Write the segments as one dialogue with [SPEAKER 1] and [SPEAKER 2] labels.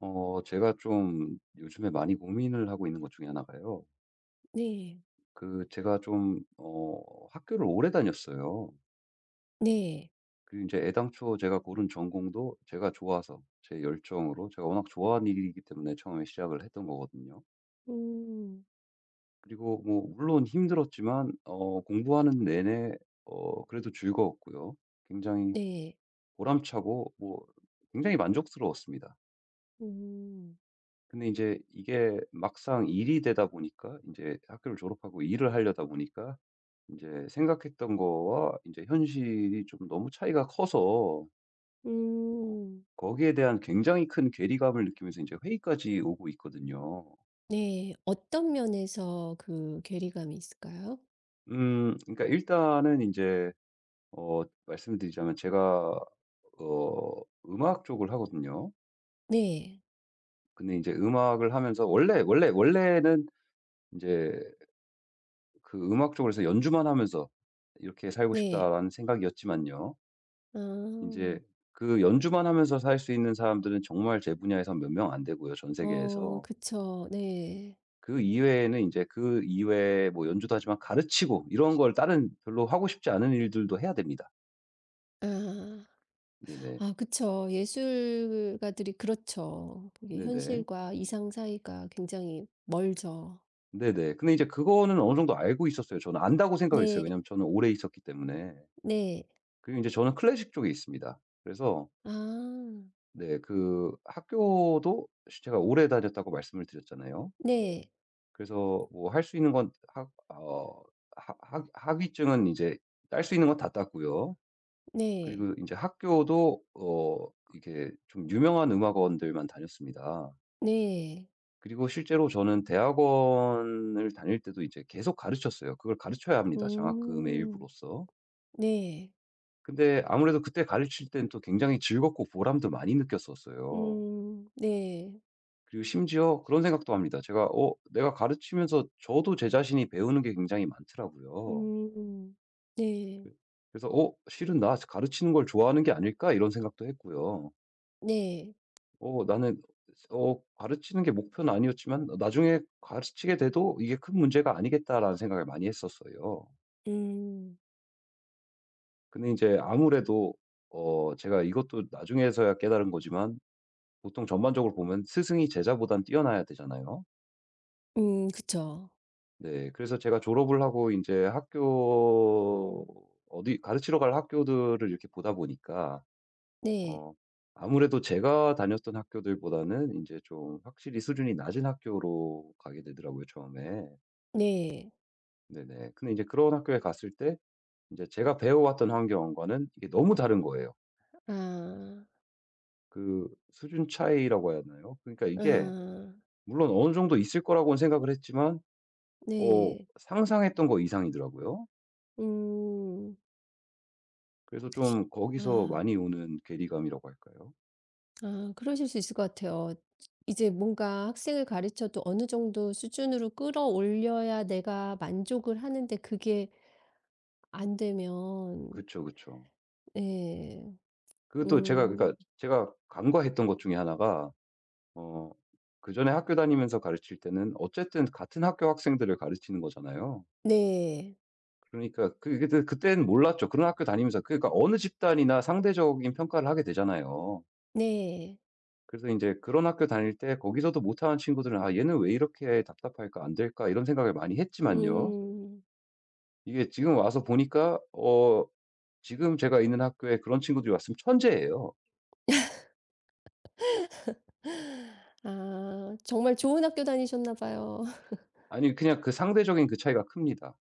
[SPEAKER 1] 제가 좀 요즘에 많이 고민을 하고 있는 것 중에 하나가요.
[SPEAKER 2] 네.
[SPEAKER 1] 제가 좀, 학교를 오래 다녔어요.
[SPEAKER 2] 네.
[SPEAKER 1] 그리고 이제 애당초 제가 고른 전공도 제가 좋아서, 제 열정으로, 제가 워낙 좋아하는 일이기 때문에 처음에 시작을 했던 거거든요.
[SPEAKER 2] 음.
[SPEAKER 1] 그리고 뭐, 물론 힘들었지만, 공부하는 내내, 그래도 즐거웠고요. 굉장히
[SPEAKER 2] 네.
[SPEAKER 1] 보람차고, 뭐, 굉장히 만족스러웠습니다.
[SPEAKER 2] 음.
[SPEAKER 1] 근데 이제 이게 막상 일이 되다 보니까 이제 학교를 졸업하고 일을 하려다 보니까 이제 생각했던 거와 이제 현실이 좀 너무 차이가 커서 어
[SPEAKER 2] 음.
[SPEAKER 1] 거기에 대한 굉장히 큰 괴리감을 느끼면서 이제 회의까지 오고 있거든요.
[SPEAKER 2] 네. 어떤 면에서 그 괴리감이 있을까요?
[SPEAKER 1] 그러니까 일단은 이제 말씀드리자면 제가 어 음악 쪽을 하거든요.
[SPEAKER 2] 네.
[SPEAKER 1] 근데 이제 음악을 하면서 원래는 이제 그 음악 쪽으로 해서 연주만 하면서 '이렇게 살고
[SPEAKER 2] 네.
[SPEAKER 1] 싶다.'라는 생각이었지만요. 이
[SPEAKER 2] 아.
[SPEAKER 1] 제 그 연주만 하면서 살 수 있는 사람들은 정말 제 분야에선 몇 명 안 되고요, 전
[SPEAKER 2] 어
[SPEAKER 1] 세계에서.
[SPEAKER 2] 그쵸. 네.
[SPEAKER 1] 그 이외에는 이제 그 이외에 뭐 연주도 하지만 가르치고 이런 걸 다른 별로 하고 싶지 않은 일들도 해야 됩니다.
[SPEAKER 2] 아.
[SPEAKER 1] 네네.
[SPEAKER 2] 아 그쵸. 예술가들이 그렇죠. 그게
[SPEAKER 1] 네네.
[SPEAKER 2] 현실과 이상 사이가 굉장히 멀죠.
[SPEAKER 1] 네네. 근데 이제 그거는 어느 정도 알고 있었어요. 저는 안다고 생각을 했어요.
[SPEAKER 2] 네.
[SPEAKER 1] 왜냐하면 저는 오래 있었기 때문에.
[SPEAKER 2] 네.
[SPEAKER 1] 그리고 이제 저는 클래식 쪽에 있습니다. 그래서
[SPEAKER 2] 아.
[SPEAKER 1] 네. 그 학교도 제가 오래 다녔다고 말씀을 드렸잖아요.
[SPEAKER 2] 네.
[SPEAKER 1] 그래서 뭐 할 수 있는 건 학 어 학 학 학위증은 이제 딸 수 있는 건 다 땄고요.
[SPEAKER 2] 네.
[SPEAKER 1] 그리고 이제 학교도 이게 좀 유명한 음악원들만 다녔습니다.
[SPEAKER 2] 네.
[SPEAKER 1] 그리고 실제로 저는 대학원을 다닐 때도 이제 계속 가르쳤어요. 그걸 가르쳐야 합니다, 장학금의
[SPEAKER 2] 음.
[SPEAKER 1] 일부로서.
[SPEAKER 2] 네.
[SPEAKER 1] 근데 아무래도 그때 가르칠 때는 또 굉장히 즐겁고 보람도 많이 느꼈었어요.
[SPEAKER 2] 네.
[SPEAKER 1] 그리고 심지어 그런 생각도 합니다. 제가 내가 가르치면서 저도 제 자신이 배우는 게 굉장히 많더라고요.
[SPEAKER 2] 음 네.
[SPEAKER 1] 그- 그래서 실은 나 가르치는 걸 좋아하는 게 아닐까 이런 생각도 했고요.
[SPEAKER 2] 네.
[SPEAKER 1] 나는 가르치는 게 목표는 아니었지만 나중에 가르치게 돼도 이게 큰 문제가 아니겠다라는 생각을 많이 했었어요.
[SPEAKER 2] 음.
[SPEAKER 1] 근데 이제 아무래도 제가 이것도 나중에서야 깨달은 거지만 보통 전반적으로 보면 스승이 제자보단 뛰어나야 되잖아요.
[SPEAKER 2] 그쵸.
[SPEAKER 1] 네. 그래서 제가 졸업을 하고 이제 학교 어디 가르치러 갈 학교들을 이렇게 보다 보니까
[SPEAKER 2] 네.
[SPEAKER 1] 어 아무래도 제가 다녔던 학교들보다는 이제 좀 확실히 수준이 낮은 학교로 가게 되더라고요, 처음에.
[SPEAKER 2] 네.
[SPEAKER 1] 네네. 근데 이제 그런 학교에 갔을 때 이제 제가 배워왔던 환경과는 이게 너무 다른 거예요.
[SPEAKER 2] 아.
[SPEAKER 1] 그 수준 차이라고 해야 하나요? 그러니까 이게
[SPEAKER 2] 아.
[SPEAKER 1] 물론 어느 정도 있을 거라고는 생각을 했지만 어
[SPEAKER 2] 네.
[SPEAKER 1] 상상했던 거 이상이더라고요.
[SPEAKER 2] 음.
[SPEAKER 1] 그래서 좀 거기서
[SPEAKER 2] 아.
[SPEAKER 1] 많이 오는 괴리감이라고 할까요?
[SPEAKER 2] 아 그러실 수 있을 것 같아요. 이제 뭔가 학생을 가르쳐도 어느 정도 수준으로 끌어올려야 내가 만족을 하는데 그게 안 되면
[SPEAKER 1] 그쵸, 그쵸.
[SPEAKER 2] 네.
[SPEAKER 1] 그것도 제가 그러니까
[SPEAKER 2] 음.
[SPEAKER 1] 제가 간과했던 것 중에 하나가 어 그전에 학교 다니면서 가르칠 때는 어쨌든 같은 학교 학생들을 가르치는 거잖아요.
[SPEAKER 2] 네.
[SPEAKER 1] 그러니까 그게 그 그때는 몰랐죠. 그런 학교 다니면서 그러니까 어느 집단이나 상대적인 평가를 하게 되잖아요.
[SPEAKER 2] 네.
[SPEAKER 1] 그래서 이제 그런 학교 다닐 때 거기서도 못하는 친구들은 '아 얘는 왜 이렇게 답답할까? 안 될까?' 이런 생각을 많이 했지만요.
[SPEAKER 2] 음.
[SPEAKER 1] 이게 지금 와서 보니까 지금 제가 있는 학교에 그런 친구들이 왔으면 천재예요.
[SPEAKER 2] 아 정말 좋은 학교 다니셨나 봐요.
[SPEAKER 1] 아니 그냥 그 상대적인 그 차이가 큽니다.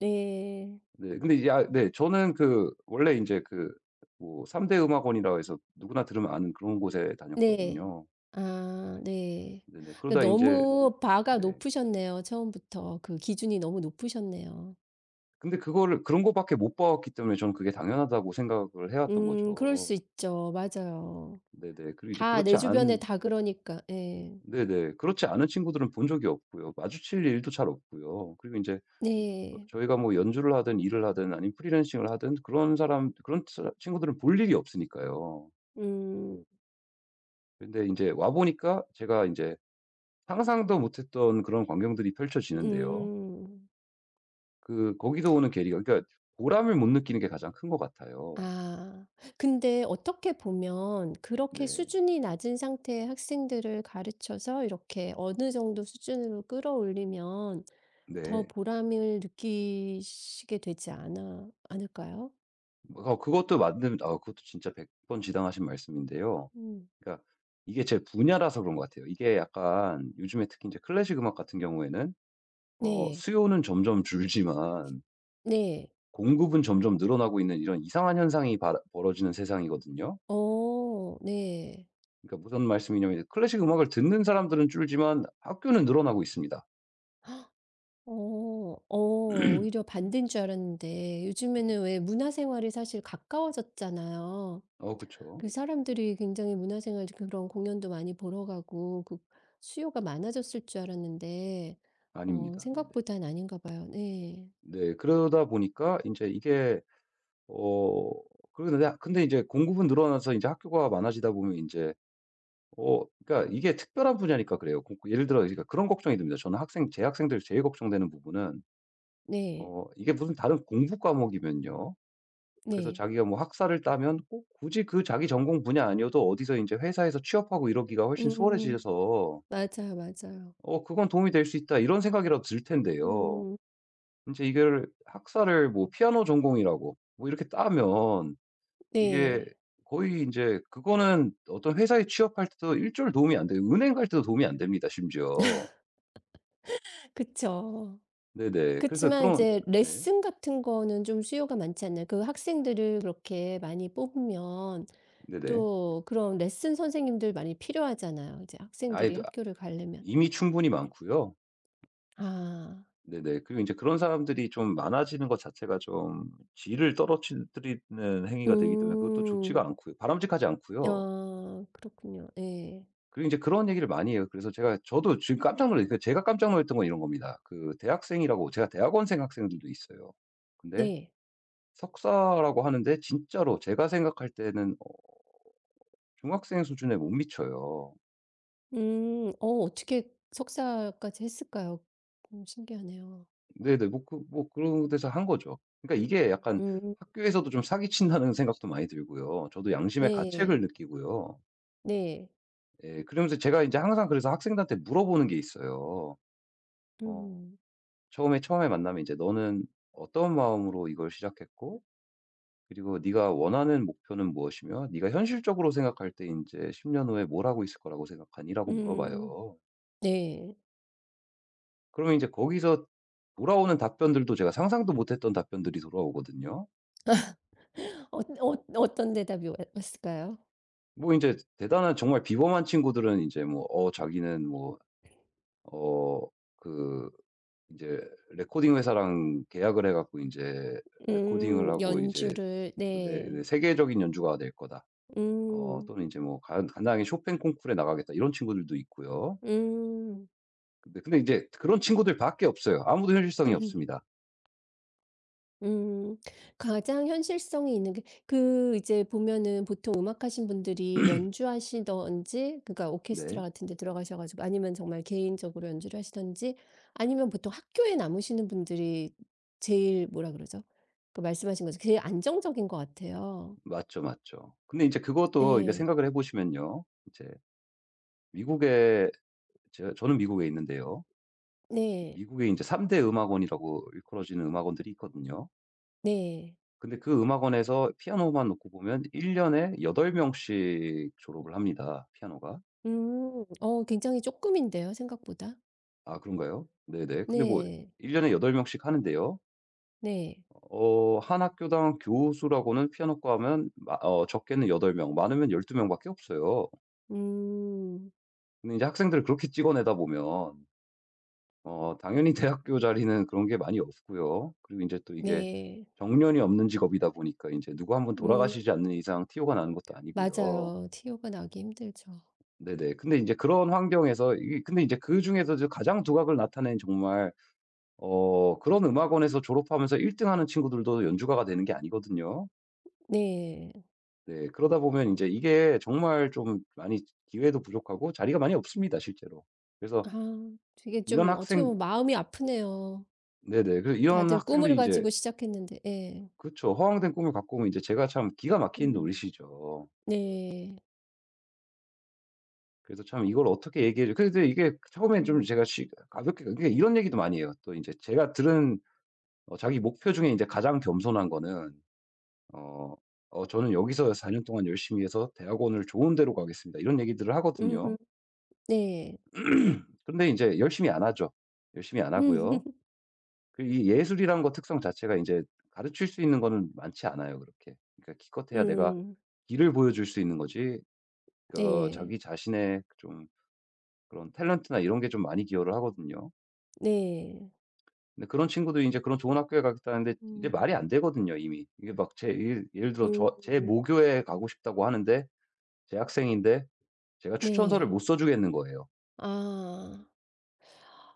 [SPEAKER 2] 네.
[SPEAKER 1] 네. 근데 이제 아 네 저는 그 원래 인제 그 뭐 3 대 음악원이라고 해서 누구나 들으면 아는 그런 곳에
[SPEAKER 2] 네.
[SPEAKER 1] 다녔거든요.
[SPEAKER 2] 아 네.
[SPEAKER 1] 네네. 그러다
[SPEAKER 2] 그러니까
[SPEAKER 1] 인제
[SPEAKER 2] 너무 바가
[SPEAKER 1] 네.
[SPEAKER 2] 높으셨네요, 처음부터. 그 기준이 너무 높으셨네요.
[SPEAKER 1] 근데 그거를 그런 거밖에 못 봤기 때문에 저는 그게 당연하다고 생각을 해 왔던
[SPEAKER 2] 그럴 수
[SPEAKER 1] 거죠.
[SPEAKER 2] 있죠. 맞아요.
[SPEAKER 1] 네네. 그리고 이제
[SPEAKER 2] 다
[SPEAKER 1] 그렇지
[SPEAKER 2] 내 주변에
[SPEAKER 1] 않은
[SPEAKER 2] 다 그러니까. 예.
[SPEAKER 1] 네네. 그렇지 않은 친구들은 본 적이 없고요. 마주칠 일도 잘 없고요. 그리고 인제
[SPEAKER 2] 네.
[SPEAKER 1] 저희가 뭐 연주를 하든 일을 하든 아니면 프리랜싱을 하든 그런 사람 그런 사 친구들은 볼 일이 없으니까요.
[SPEAKER 2] 음.
[SPEAKER 1] 근데 이제 와 보니까 제가 이제 상상도 못 했던 그런 광경들이 펼쳐지는데요.
[SPEAKER 2] 음.
[SPEAKER 1] 그 거기서 오는 계기가 그러니까 보람을 못 느끼는 게 가장 큰 것 같아요.
[SPEAKER 2] 아. 근데 어떻게 보면 그렇게
[SPEAKER 1] 네.
[SPEAKER 2] 수준이 낮은 상태의 학생들을 가르쳐서 이렇게 어느 정도 수준으로 끌어올리면 더
[SPEAKER 1] 네.
[SPEAKER 2] 보람을 느끼시게 되지 않아 않을까요?
[SPEAKER 1] 어 그것도 맞는 아 그것도 진짜 100번 지당하신 말씀인데요.
[SPEAKER 2] 음.
[SPEAKER 1] 그러니까 이게 제 분야라서 그런 것 같아요. 이게 약간 요즘에 특히 이제 클래식 음악 같은 경우에는
[SPEAKER 2] 네.
[SPEAKER 1] 수요는 점점 줄지만
[SPEAKER 2] 네.
[SPEAKER 1] 공급은 점점 늘어나고 있는 이런 이상한 현상이 발 벌어지는 세상이거든요.
[SPEAKER 2] 어 네.
[SPEAKER 1] 그러니까 무슨 말씀이냐면 클래식 음악을 듣는 사람들은 줄지만 학교는 늘어나고 있습니다.
[SPEAKER 2] 어 어 오히려 반대인 줄 알았는데 요즘에는 왜 문화생활이 사실 가까워졌잖아요.
[SPEAKER 1] 그쵸.
[SPEAKER 2] 그 사람들이 굉장히 문화생활 그런 공연도 많이 보러 가고 그 수요가 많아졌을 줄 알았는데
[SPEAKER 1] 아닙니다. 네네.
[SPEAKER 2] 생각보단 아닌가 봐요. 네.
[SPEAKER 1] 네. 그러다 보니까 이제 이게 어 그런데 근데 이제 공급은 늘어나서 이제 학교가 많아지다 보면 이제 그러니까 이게 특별한 분야니까 그래요. 예를 들어 그러니까 그런 걱정이 듭니다. 저는 학생 제 학생들 제일 걱정되는 부분은
[SPEAKER 2] 네.
[SPEAKER 1] 이게 무슨 다른 공부 과목이면요. 그래서
[SPEAKER 2] 네.
[SPEAKER 1] 자기가 뭐 학사를 따면 꼭 굳이 그 자기 전공 분야 아니어도 어디서 이제 회사에서 취업하고 이러기가 훨씬
[SPEAKER 2] 음.
[SPEAKER 1] 수월해지셔서
[SPEAKER 2] 맞아요, 맞아요.
[SPEAKER 1] '어 그건 도움이 될 수 있다.' 이런 생각이라도 들 텐데요.
[SPEAKER 2] 음.
[SPEAKER 1] 이제 이걸 학사를 뭐 피아노 전공이라고 뭐 이렇게 따면 이게
[SPEAKER 2] 네.
[SPEAKER 1] 거의 이제 그거는 어떤 회사에 취업할 때도 일절 도움이 안 돼요. 은행 갈 때도 도움이 안 됩니다 심지어.
[SPEAKER 2] 그쵸.
[SPEAKER 1] 네네. 그래서
[SPEAKER 2] 그치만
[SPEAKER 1] 그런
[SPEAKER 2] 이제
[SPEAKER 1] 네.
[SPEAKER 2] 레슨 같은 거는 좀 수요가 많지 않나요? 그 학생들을 그렇게 많이 뽑으면
[SPEAKER 1] 네네.
[SPEAKER 2] 또 그런 레슨 선생님들 많이 필요하잖아요, 이제
[SPEAKER 1] 아예
[SPEAKER 2] 학생들이 학교를 가려면.
[SPEAKER 1] 이미 충분히 많고요.
[SPEAKER 2] 아.
[SPEAKER 1] 네네. 그리고 이제 그런 사람들이 좀 많아지는 것 자체가 좀 질을 떨어뜨리는 행위가 되기 때문에 그것도 좋지가
[SPEAKER 2] 음.
[SPEAKER 1] 않고요. 바람직하지 않고요.
[SPEAKER 2] 아 그렇군요. 네,
[SPEAKER 1] 그리고 이제 그런 얘기를 많이 해요. 그래서 제가 저도 지금 깜짝 놀랐 어요. 제가 깜짝 놀랐던 건 이런 겁니다. 그 대학생이라고 제가 대학원생 학생들도 있어요. 근데
[SPEAKER 2] 네.
[SPEAKER 1] 석사라고 하는데 진짜로 제가 생각할 때는 중학생 수준에 못 미쳐요.
[SPEAKER 2] 음. 어떻게 석사까지 했을까요? 신기하네요.
[SPEAKER 1] 네네. 뭐 그런 데서 한 거죠. 그러니까 이게 약간
[SPEAKER 2] 음
[SPEAKER 1] 학교에서도 좀 사기친다는 생각도 많이 들고요. 저도 양심의 가책을
[SPEAKER 2] 네.
[SPEAKER 1] 느끼고요.
[SPEAKER 2] 네.
[SPEAKER 1] 예. 그러면서 제가 이제 항상 그래서 학생들한테 물어보는 게 있어요. 어
[SPEAKER 2] 음.
[SPEAKER 1] 처음에 만나면 이제 "너는 어떤 마음으로 이걸 시작했고 그리고 네가 원하는 목표는 무엇이며 네가 현실적으로 생각할 때 이제10년 후에 뭘 하고 있을 거라고 생각하니?"라고
[SPEAKER 2] 음
[SPEAKER 1] 물어봐요.
[SPEAKER 2] 네.
[SPEAKER 1] 그러면 이제 거기서 돌아오는 답변들도 제가 상상도 못했던 답변들이 돌아오거든요.
[SPEAKER 2] 어떤 대답이 왔을까요?
[SPEAKER 1] 뭐 이제 대단한 정말 비범한 친구들은 이제 뭐 어 자기는 어 그 이제 레코딩 회사랑 계약을 해 갖고 이제 레코딩을 하고 이제
[SPEAKER 2] 연주를
[SPEAKER 1] 내
[SPEAKER 2] 네.
[SPEAKER 1] 내 '세계적인 연주가 될 거다.'
[SPEAKER 2] 음.
[SPEAKER 1] 또는 이제 뭐 간 간단하게 '쇼팽 콩쿠르에 나가겠다.' 이런 친구들도 있고요.
[SPEAKER 2] 음.
[SPEAKER 1] 근데 이제 그런 친구들 밖에 없어요. 아무도 현실성이 없습니다.
[SPEAKER 2] 음. 가장 현실성이 있는 게 그 이제 보면은 보통 음악하신 분들이 연주하시던지 그러니까
[SPEAKER 1] 네.
[SPEAKER 2] 오케스트라 같은 데 들어가셔 가지고 아니면 정말 개인적으로 연주를 하시던지 아니면 보통 학교에 남으시는 분들이 제일 뭐라 그러죠? 그 말씀하신 거죠. 제일 안정적인 것 같아요.
[SPEAKER 1] 맞죠, 맞죠. 근데 이제 그것도 이러
[SPEAKER 2] 네.
[SPEAKER 1] 생각을 해 보시면요. 이제 미국에 제 저는 미국에 있는데요.
[SPEAKER 2] 네.
[SPEAKER 1] 미국에 이제3대 음악원이라고 일컬어지는 음악원들이 있거든요.
[SPEAKER 2] 네.
[SPEAKER 1] 근데 그 음악원에서 피아노만 놓고 보면 1 년에 8 명씩 졸업을 합니다, 피아노가.
[SPEAKER 2] 음. 굉장히 조금 인데요 생각보다.
[SPEAKER 1] 아 그런가요? 네네. 근데 뭐
[SPEAKER 2] 네.
[SPEAKER 1] 1 년에 8 명씩 하는데요.
[SPEAKER 2] 네.
[SPEAKER 1] 한 학교당 교수라고는 피아노과 하면 마 어 적게는 8명 많으면 12 명밖에 없어요.
[SPEAKER 2] 음.
[SPEAKER 1] 근데 이제 학생들을 그렇게 찍어내다 보면 당연히 대학교 자리는 그런 게 많이 없고요. 그리고 이제 또 이게
[SPEAKER 2] 네.
[SPEAKER 1] 정년이 없는 직업이다 보니까 이제 누구 한분
[SPEAKER 2] 음.
[SPEAKER 1] 돌아가시지 않는 이상 티오가 나는 것도 아니고요.
[SPEAKER 2] 맞아요. 티오가 나기 힘들죠.
[SPEAKER 1] 네네. 근데 인제 그런 환경에서 이게 근데 인제 그중에서도 가장 두각을 나타낸 정말 그런 음악원에서 졸업하면서 1등 하는 친구들도 연주가가 되는 게 아니거든요.
[SPEAKER 2] 네.
[SPEAKER 1] 네. 그러다 보면 인제 이게 정말 좀 많이 기회도 부족하고 자리가 많이 없습니다 실제로. 그래서
[SPEAKER 2] 아 되게
[SPEAKER 1] 이런
[SPEAKER 2] 좀 어떻게
[SPEAKER 1] 학생
[SPEAKER 2] 보면 마음이 아프네요.
[SPEAKER 1] 네네. 그래서 이런
[SPEAKER 2] 다들 꿈을
[SPEAKER 1] 학생들이 인제
[SPEAKER 2] 가지고 시작했는데 예.
[SPEAKER 1] 그쵸. 허황된 꿈을 갖고 오면 인제 제가 참 기가 막힌
[SPEAKER 2] 음.
[SPEAKER 1] 노릇이죠.
[SPEAKER 2] 네.
[SPEAKER 1] 그래서 참 이걸 어떻게 얘기해 줘 근데 이게 처음엔 좀
[SPEAKER 2] 음.
[SPEAKER 1] 제가 쉬 가볍게 그러니까 이런 얘기도 많이 해요. 또 인제 제가 들은 자기 목표 중에 이제 가장 겸손한 거는 어 "어 저는 여기서 4년 동안 열심히 해서 대학원을 좋은 데로 가겠습니다." 이런 얘기들을 하거든요.
[SPEAKER 2] 음음. 네.
[SPEAKER 1] 근데 이제 열심히 안 하죠. 열심히 안
[SPEAKER 2] 음.
[SPEAKER 1] 하고요. 그이 예술이라는 거 특성 자체가 이제 가르칠 수 있는 거는 많지 않아요 그렇게. 그러니까 기껏해야 내가
[SPEAKER 2] 음,
[SPEAKER 1] 길을 보여줄 수 있는 거지 그
[SPEAKER 2] 네.
[SPEAKER 1] 자기 자신의 좀 그런 탤런트나 이런 게 좀 많이 기여를 하거든요.
[SPEAKER 2] 네.
[SPEAKER 1] 근데 그런 친구들이 이제 그런 좋은 학교에 가겠다는데 이제
[SPEAKER 2] 음.
[SPEAKER 1] 말이 안 되거든요 이미. 이게 막 제 예를 들어 저 제
[SPEAKER 2] 음.
[SPEAKER 1] 모교에 가고 싶다고 하는데 제 학생인데 제가 추천서를
[SPEAKER 2] 네.
[SPEAKER 1] 못 써 주겠는 거예요.
[SPEAKER 2] 아.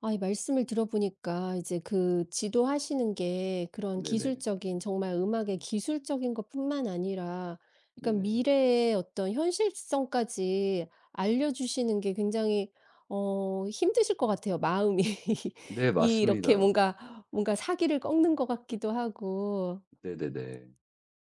[SPEAKER 2] 아 이 말씀을 들어보니까 이제 그 지도하시는 게 그런
[SPEAKER 1] 네네.
[SPEAKER 2] 기술적인 정말 음악의 기술적인 것뿐만 아니라 그러니까
[SPEAKER 1] 네네.
[SPEAKER 2] 미래의 어떤 현실성까지 알려주시는 게 굉장히 힘드실 것 같아요 마음이.
[SPEAKER 1] 네
[SPEAKER 2] 이렇게
[SPEAKER 1] 맞습니다.
[SPEAKER 2] 뭔가 사기를 꺾는 것 같기도 하고.
[SPEAKER 1] 네네네.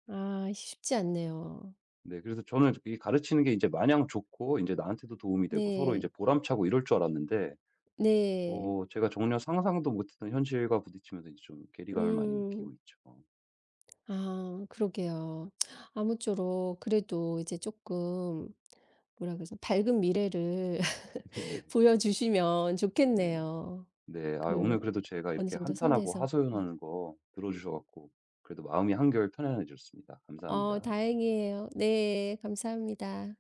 [SPEAKER 2] 아 쉽지 않네요.
[SPEAKER 1] 네 그래서 저는 이 가르치는 게 이제 마냥 좋고 이제 나한테도 도움이 되고 서로 이제
[SPEAKER 2] 네.
[SPEAKER 1] 보람차고 이럴 줄 알았는데
[SPEAKER 2] 네.
[SPEAKER 1] 제가 전혀 상상도 못했던 현실과 부딪히면서 이제 좀 괴리감을 많이
[SPEAKER 2] 음.
[SPEAKER 1] 느끼고 있죠.
[SPEAKER 2] 아 그러게요. 아무쪼록 그래도 이제 조금 뭐라 그러죠? 밝은 미래를
[SPEAKER 1] 네네.
[SPEAKER 2] 보여주시면
[SPEAKER 1] 네네.
[SPEAKER 2] 좋겠네요.
[SPEAKER 1] 네. 아
[SPEAKER 2] 그
[SPEAKER 1] 오늘 그래도 제가
[SPEAKER 2] 어느
[SPEAKER 1] 이렇게
[SPEAKER 2] 정도
[SPEAKER 1] 한탄하고
[SPEAKER 2] 선에서. 네.
[SPEAKER 1] 하소연하는 거 들어 주셔 갖고 그래도 마음이 한결 편안해졌습니다. 감사합니다.
[SPEAKER 2] 다행이에요. 네. 감사합니다.